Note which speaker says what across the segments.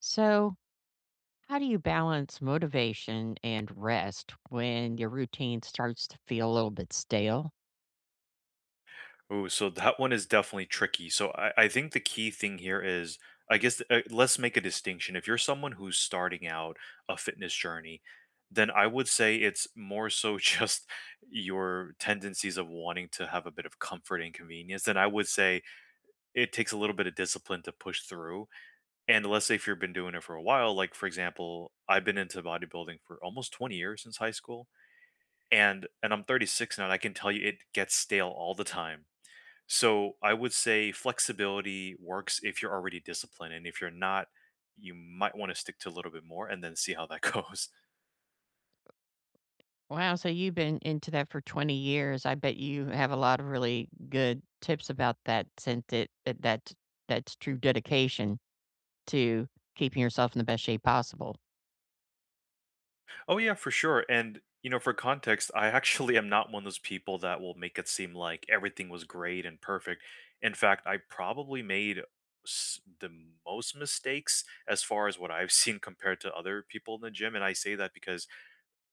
Speaker 1: So, how do you balance motivation and rest when your routine starts to feel a little bit stale?
Speaker 2: Ooh, so that one is definitely tricky. So I think the key thing here is, I guess, let's make a distinction. If you're someone who's starting out a fitness journey, then I would say it's more so just your tendencies of wanting to have a bit of comfort and convenience. Then I would say it takes a little bit of discipline to push through. And let's say if you've been doing it for a while, like for example, I've been into bodybuilding for almost 20 years since high school, and I'm 36 now, and I can tell you it gets stale all the time, so I would say flexibility works if you're already disciplined, and if you're not, you might want to stick to a little bit more and then see how that goes.
Speaker 1: Wow, so you've been into that for 20 years. I bet you have a lot of really good tips about that since it that that's true dedication to keeping yourself in the best shape possible.
Speaker 2: Oh yeah, for sure. And you know, for context, I actually am not one of those people that will make it seem like everything was great and perfect. In fact, I probably made the most mistakes as far as what I've seen compared to other people in the gym, and I say that because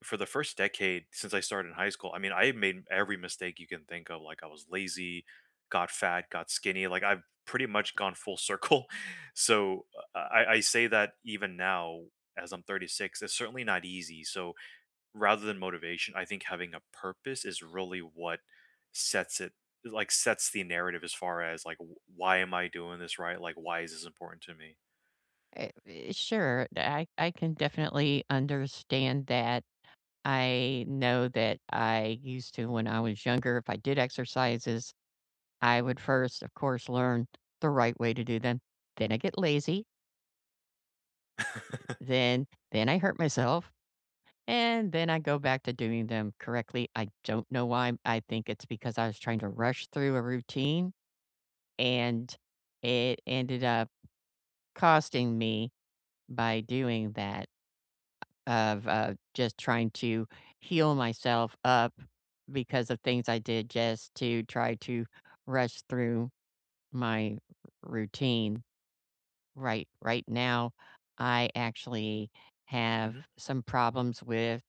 Speaker 2: for the first decade since I started in high school, I mean, I made every mistake you can think of. Like I was lazy, got fat, got skinny. Like I've pretty much gone full circle. So I say that even now, as I'm 36, it's certainly not easy. So rather than motivation, I think having a purpose is really what sets it like sets the narrative as far as like why am I doing this, right? Like why is this important to me?
Speaker 1: Sure, I can definitely understand that. I know that I used to when I was younger, if I did exercises, I would first, of course, learn the right way to do them. Then I get lazy. Then then I hurt myself, and then I go back to doing them correctly. I don't know why. I think it's because I was trying to rush through a routine, and it ended up costing me by doing that of just trying to heal myself up because of things I did just to try to rush through my routine. Right, right now, I actually have some problems with,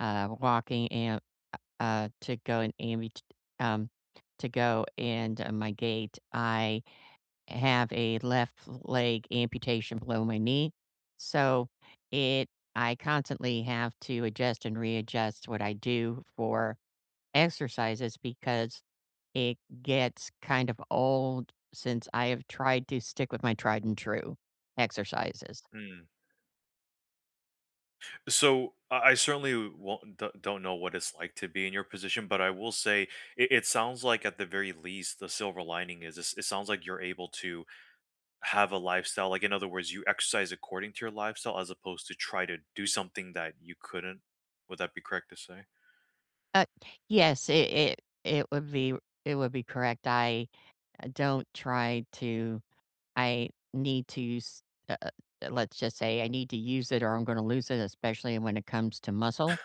Speaker 1: walking and, uh, to go and ambut um, to go and, my gait. I have a left leg amputation below my knee, so it I constantly have to adjust and readjust what I do for exercises because it gets kind of old since I have tried to stick with my tried and true exercises.
Speaker 2: hmm So I certainly won't, don't know what it's like to be in your position, but I will say it sounds like at the very least the silver lining is this, it sounds like you're able to have a lifestyle. Like in other words, you exercise according to your lifestyle as opposed to try to do something that you couldn't. Would that be correct to say?
Speaker 1: Uh, yes, it it it would be correct. I don't try to I need to use, uh, uh, let's just say I need to use it or I'm gonna lose it, especially when it comes to muscle,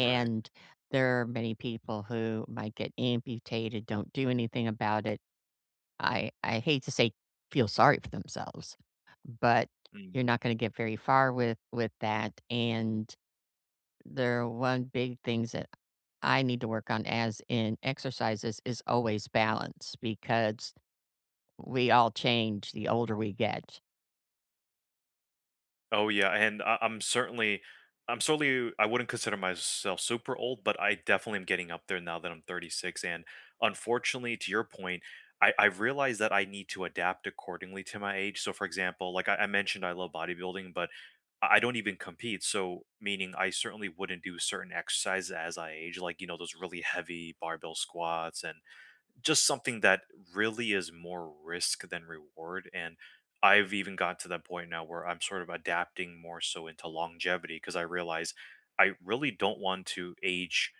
Speaker 2: Right.
Speaker 1: there are many people who might get amputated, don't do anything about it. I hate to say feel sorry for themselves, but you're not gonna get very far with that, and their one big things that I need to work on as in exercises is always balance because we all change the older we get.
Speaker 2: Oh yeah, and I'm certainly I wouldn't consider myself super old, but I definitely am getting up there now that I'm 36. And unfortunately, to your point, I realize that I need to adapt accordingly to my age. So for example, like I mentioned, I love bodybuilding, but I don't even compete. So meaning I certainly wouldn't do certain exercises as I age, like, you know, those really heavy barbell squats and just something that really is more risk than reward. And I've even got to that point now where I'm sort of adapting more so into longevity because I realize I really don't want to age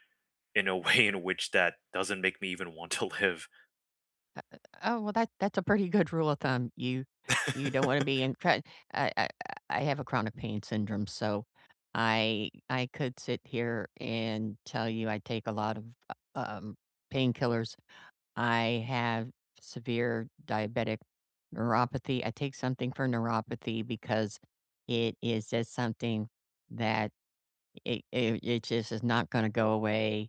Speaker 2: in a way in which that doesn't make me even want to live.
Speaker 1: Oh, well, that's a pretty good rule of thumb. You don't want to be in I, I I have a chronic pain syndrome, so I could sit here and tell you I take a lot of um painkillers. I have severe diabetic neuropathy. I take something for neuropathy because it is just something that it just is not going to go away.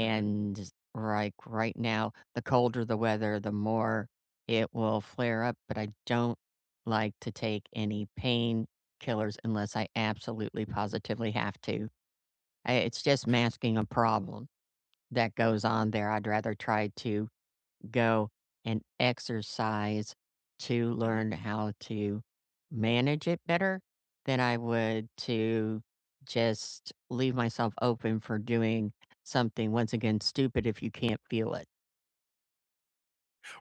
Speaker 2: hmm
Speaker 1: like right now, the colder the weather, the more it will flare up. But I don't like to take any pain killers unless I absolutely positively have to. I, it's just masking a problem that goes on there. I'd rather try to go and exercise to learn how to manage it better than I would to just leave myself open for doing something once again stupid if you can't feel it.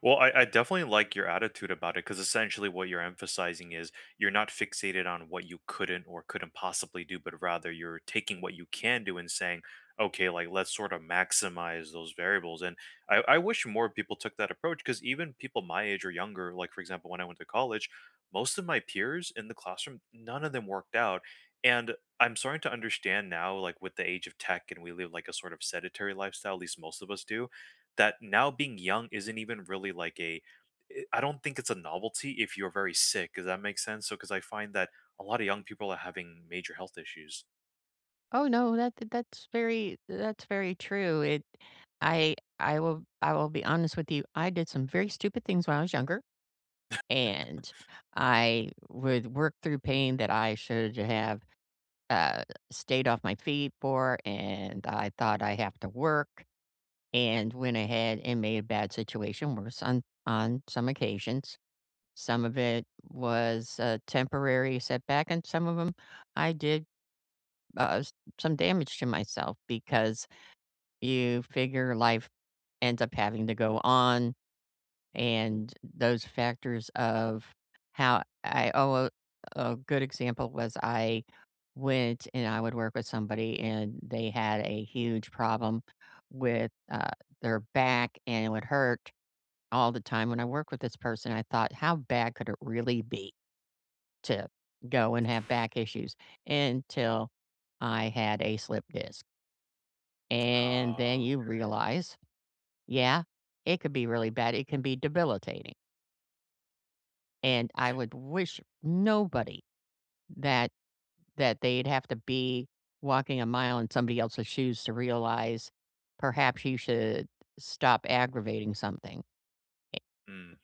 Speaker 2: Well, I definitely like your attitude about it because essentially what you're emphasizing is you're not fixated on what you couldn't or couldn't possibly do, but rather you're taking what you can do and saying, okay, like let's sort of maximize those variables. And I wish more people took that approach because even people my age or younger, like for example, when I went to college, most of my peers in the classroom, none of them worked out. And I'm starting to understand now, like with the age of tech and we live like a sort of sedentary lifestyle, at least most of us do, that now being young isn't even really like a I don't think it's a novelty if you're very sick. Does that make sense? So, because I find that a lot of young people are having major health issues.
Speaker 1: Oh no, that's very true. It I will be honest with you. I did some very stupid things when I was younger and I would work through pain that I should have uh, stayed off my feet for, and I thought I have to work, and went ahead and made a bad situation worse on some occasions. Some of it was a temporary setback, and some of them I did uh, s- some damage to myself because you figure life ends up having to go on and those factors of how I oh, a good example was I went and I would work with somebody, and they had a huge problem with, their back, and it would hurt all the time. When I worked with this person, I thought, "How bad could it really be to go and have back issues?" Until I had a slip disc, and
Speaker 2: Uh,
Speaker 1: then you realize, yeah, it could be really bad, it can be debilitating. And I would wish nobody that that they'd have to be walking a mile in somebody else's shoes to realize perhaps you should stop aggravating something. Eh,
Speaker 2: mm.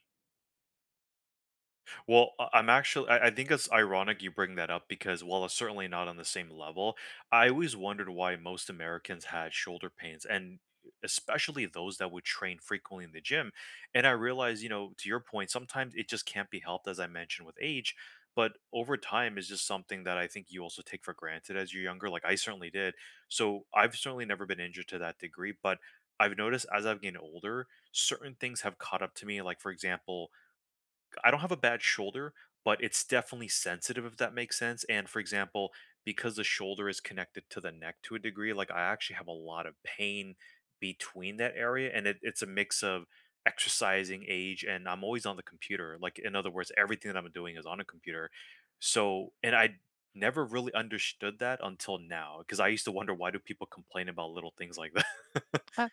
Speaker 2: Well, I'm actually, I think it's ironic you bring that up because while it's certainly not on the same level, I always wondered why most Americans had shoulder pains and especially those that would train frequently in the gym. And I realized, you know, to your point, sometimes it just can't be helped, as I mentioned with age. But over time is just something that I think you also take for granted as you're younger. Like I certainly did. So I've certainly never been injured to that degree. But I've noticed as I've gotten older, certain things have caught up to me. Like, for example, I don't have a bad shoulder, but it's definitely sensitive, if that makes sense. And for example, because the shoulder is connected to the neck to a degree, like I actually have a lot of pain between that area. And it's a mix of exercising, age, and I'm always on the computer. Like, in other words, everything that I'm doing is on a computer. So, and I never really understood that until now because I used to wonder why do people complain about little things like that.
Speaker 1: uh,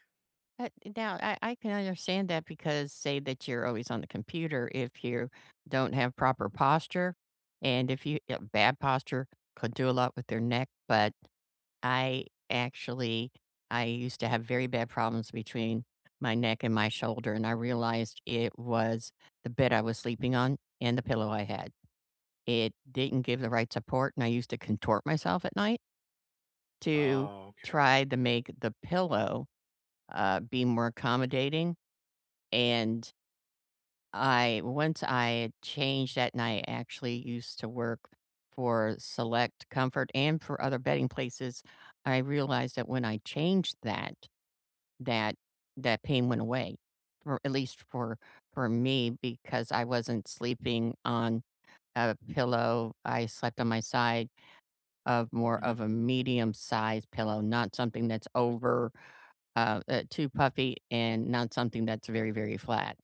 Speaker 1: uh, now, I can understand that because say that you're always on the computer, if you don't have proper posture, and if you bad posture could do a lot with their neck, but I actually I used to have very bad problems between my neck and my shoulder, and I realized it was the bed I was sleeping on and the pillow I had. It didn't give the right support, and I used to contort myself at night to
Speaker 2: Oh, okay.
Speaker 1: try to make the pillow, be more accommodating, and I once I had changed that and I actually used to work for Select Comfort and for other bedding places, I realized that when I changed that that pain went away, or at least for me, because I wasn't sleeping on a pillow. I slept on my side of more
Speaker 2: Mhm.
Speaker 1: of a medium-sized pillow, not something that's over too puffy and not something that's very, very flat.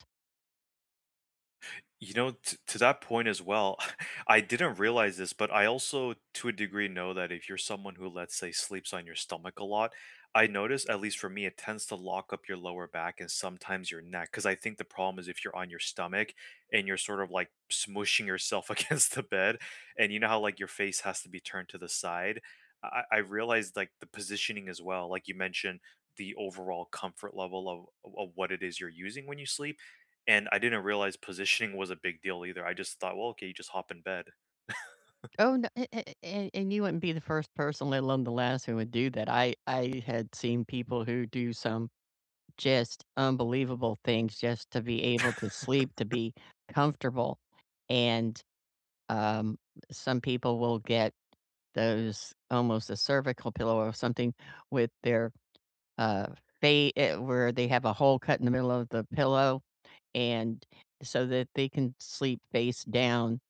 Speaker 2: You know, t to that point as well, I didn't realize this, but I also, to a degree, know that if you're someone who, let's say, sleeps on your stomach a lot, I notice, at least for me, it tends to lock up your lower back and sometimes your neck. Because I think the problem is if you're on your stomach and you're sort of like smushing yourself against the bed, and you know how like your face has to be turned to the side. I realized like the positioning as well, like you mentioned, the overall comfort level of what it is you're using when you sleep, and I didn't realize positioning was a big deal either. I just thought, well, okay, you just hop in bed.
Speaker 1: Oh, no, and you wouldn't be the first person, let alone the last, who would do that. I had seen people who do some just unbelievable things just to be able to sleep, to be comfortable, and Um, some people will get those almost a cervical pillow or something with their, uh, face where they have a hole cut in the middle of the pillow, and so that they can sleep face down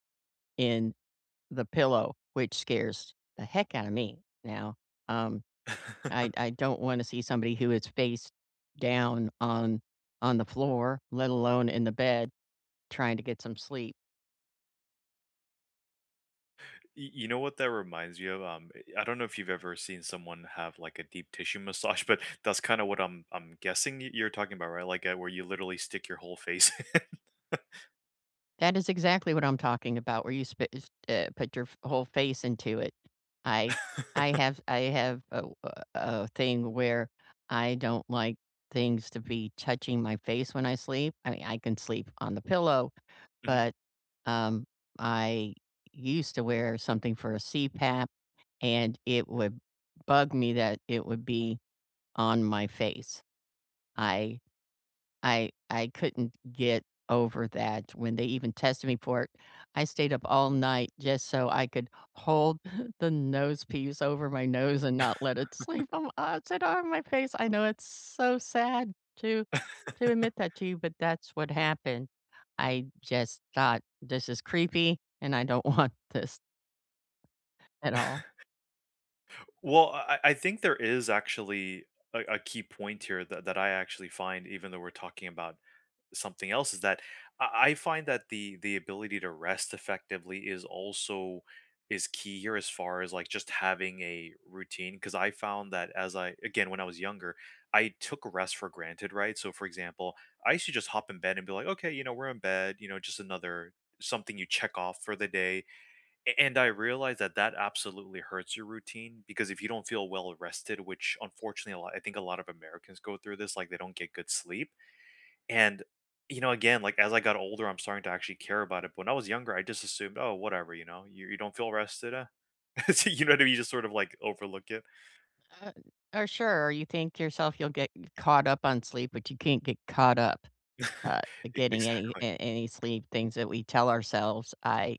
Speaker 1: in the pillow, which scares the heck out of me now. Um, I don't wanna see somebody who is face down on the floor, let alone in the bed, trying to get some sleep.
Speaker 2: You know what that reminds me of? I don't know if you've ever seen someone have like a deep tissue massage, but that's kind of what I'm guessing you're talking about, right? Like where you literally stick your whole face.
Speaker 1: That is exactly what I'm talking about, where you spit is put your f whole face into it. I I have a thing where I don't like things to be touching my face when I sleep. I mean, I can sleep on the pillow,
Speaker 2: Mhm.
Speaker 1: but, um, I used to wear something for a CPAP, and it would bug me that it would be on my face. I I couldn't get over that when they even tested me for it. I stayed up all night just so I could hold the nose piece over my nose and not let it sleep on upside on my face. I know it's so sad to admit that to you, but that's what happened. I just thought this is creepy and I don't want this at all.
Speaker 2: Well, I think there is actually a key point here that, that I actually find, even though we're talking about something else, is that I find that the ability to rest effectively is also is key here as far as like just having a routine because I found that as I, again, when I was younger, I took rest for granted, right? So for example, I used to just hop in bed and be like, okay, you know, we're in bed, you know, just another something you check off for the day. And I realized that that absolutely hurts your routine because if you don't feel well rested, which unfortunately a lot, I think a lot of Americans go through this, like they don't get good sleep. And, you know, again, like as I got older, I'm starting to actually care about it. But when I was younger, I just assumed, oh, whatever, you know, you don't feel rested. Uh? So, you know what I mean? You just sort of like overlook it.
Speaker 1: Uh, or sure, or you think to yourself you'll get caught up on sleep, but you can't get caught up. uh, getting
Speaker 2: Exactly.
Speaker 1: any sleep, things that we tell ourselves.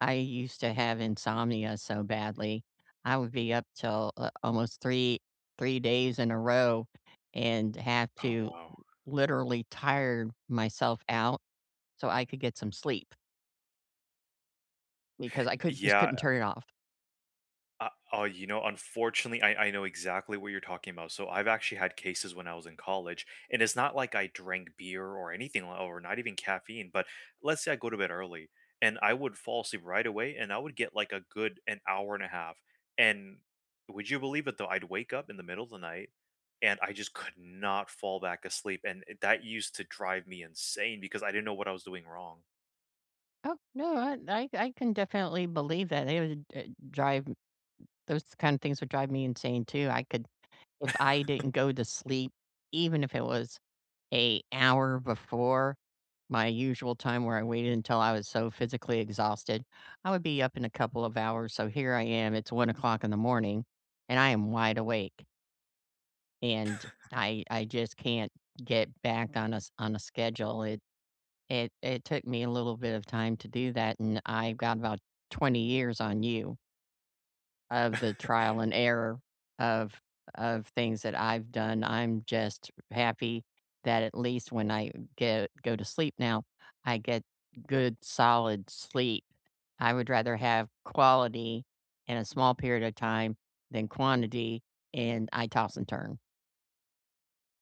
Speaker 1: I used to have insomnia so badly. I would be up till, almost 3, 3 days in a row and have
Speaker 2: Oh,
Speaker 1: to
Speaker 2: wow.
Speaker 1: literally tire myself out so I could get some sleep because I could just
Speaker 2: Yeah.
Speaker 1: couldn't turn it off.
Speaker 2: Oh, you know, unfortunately, I know exactly what you're talking about. So I've actually had cases when I was in college, and it's not like I drank beer or anything, or not even caffeine. But let's say I go to bed early, and I would fall asleep right away, and I would get like a good an hour and a half. And would you believe it though? I'd wake up in the middle of the night, and I just could not fall back asleep, and that used to drive me insane because I didn't know what I was doing wrong.
Speaker 1: Oh, no, I can definitely believe that. It would, drive those kind of things would drive me insane too. I could if I didn't go to sleep, even if it was a hour before my usual time where I waited until I was so physically exhausted. I would be up in a couple of hours. So here I am. It's 1 o'clock in the morning and I am wide awake. And I just can't get back on on a schedule. It took me a little bit of time to do that and I've got about 20 years on you of the trial and error of things that I've done. I'm just happy that at least when I get go to sleep now, I get good solid sleep. I would rather have quality in a small period of time than quantity, and I toss and turn.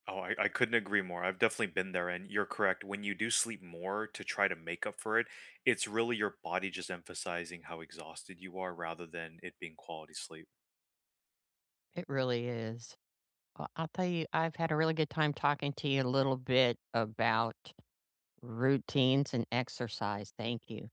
Speaker 2: Oh, I couldn't agree more. I've definitely been there, and you're correct. When you do sleep more to try to make up for it, it's really your body just emphasizing how exhausted you are rather than it being quality sleep.
Speaker 1: It really is. Well, I'll tell you, I've had a really good time talking to you a little bit about routines and exercise. Thank you.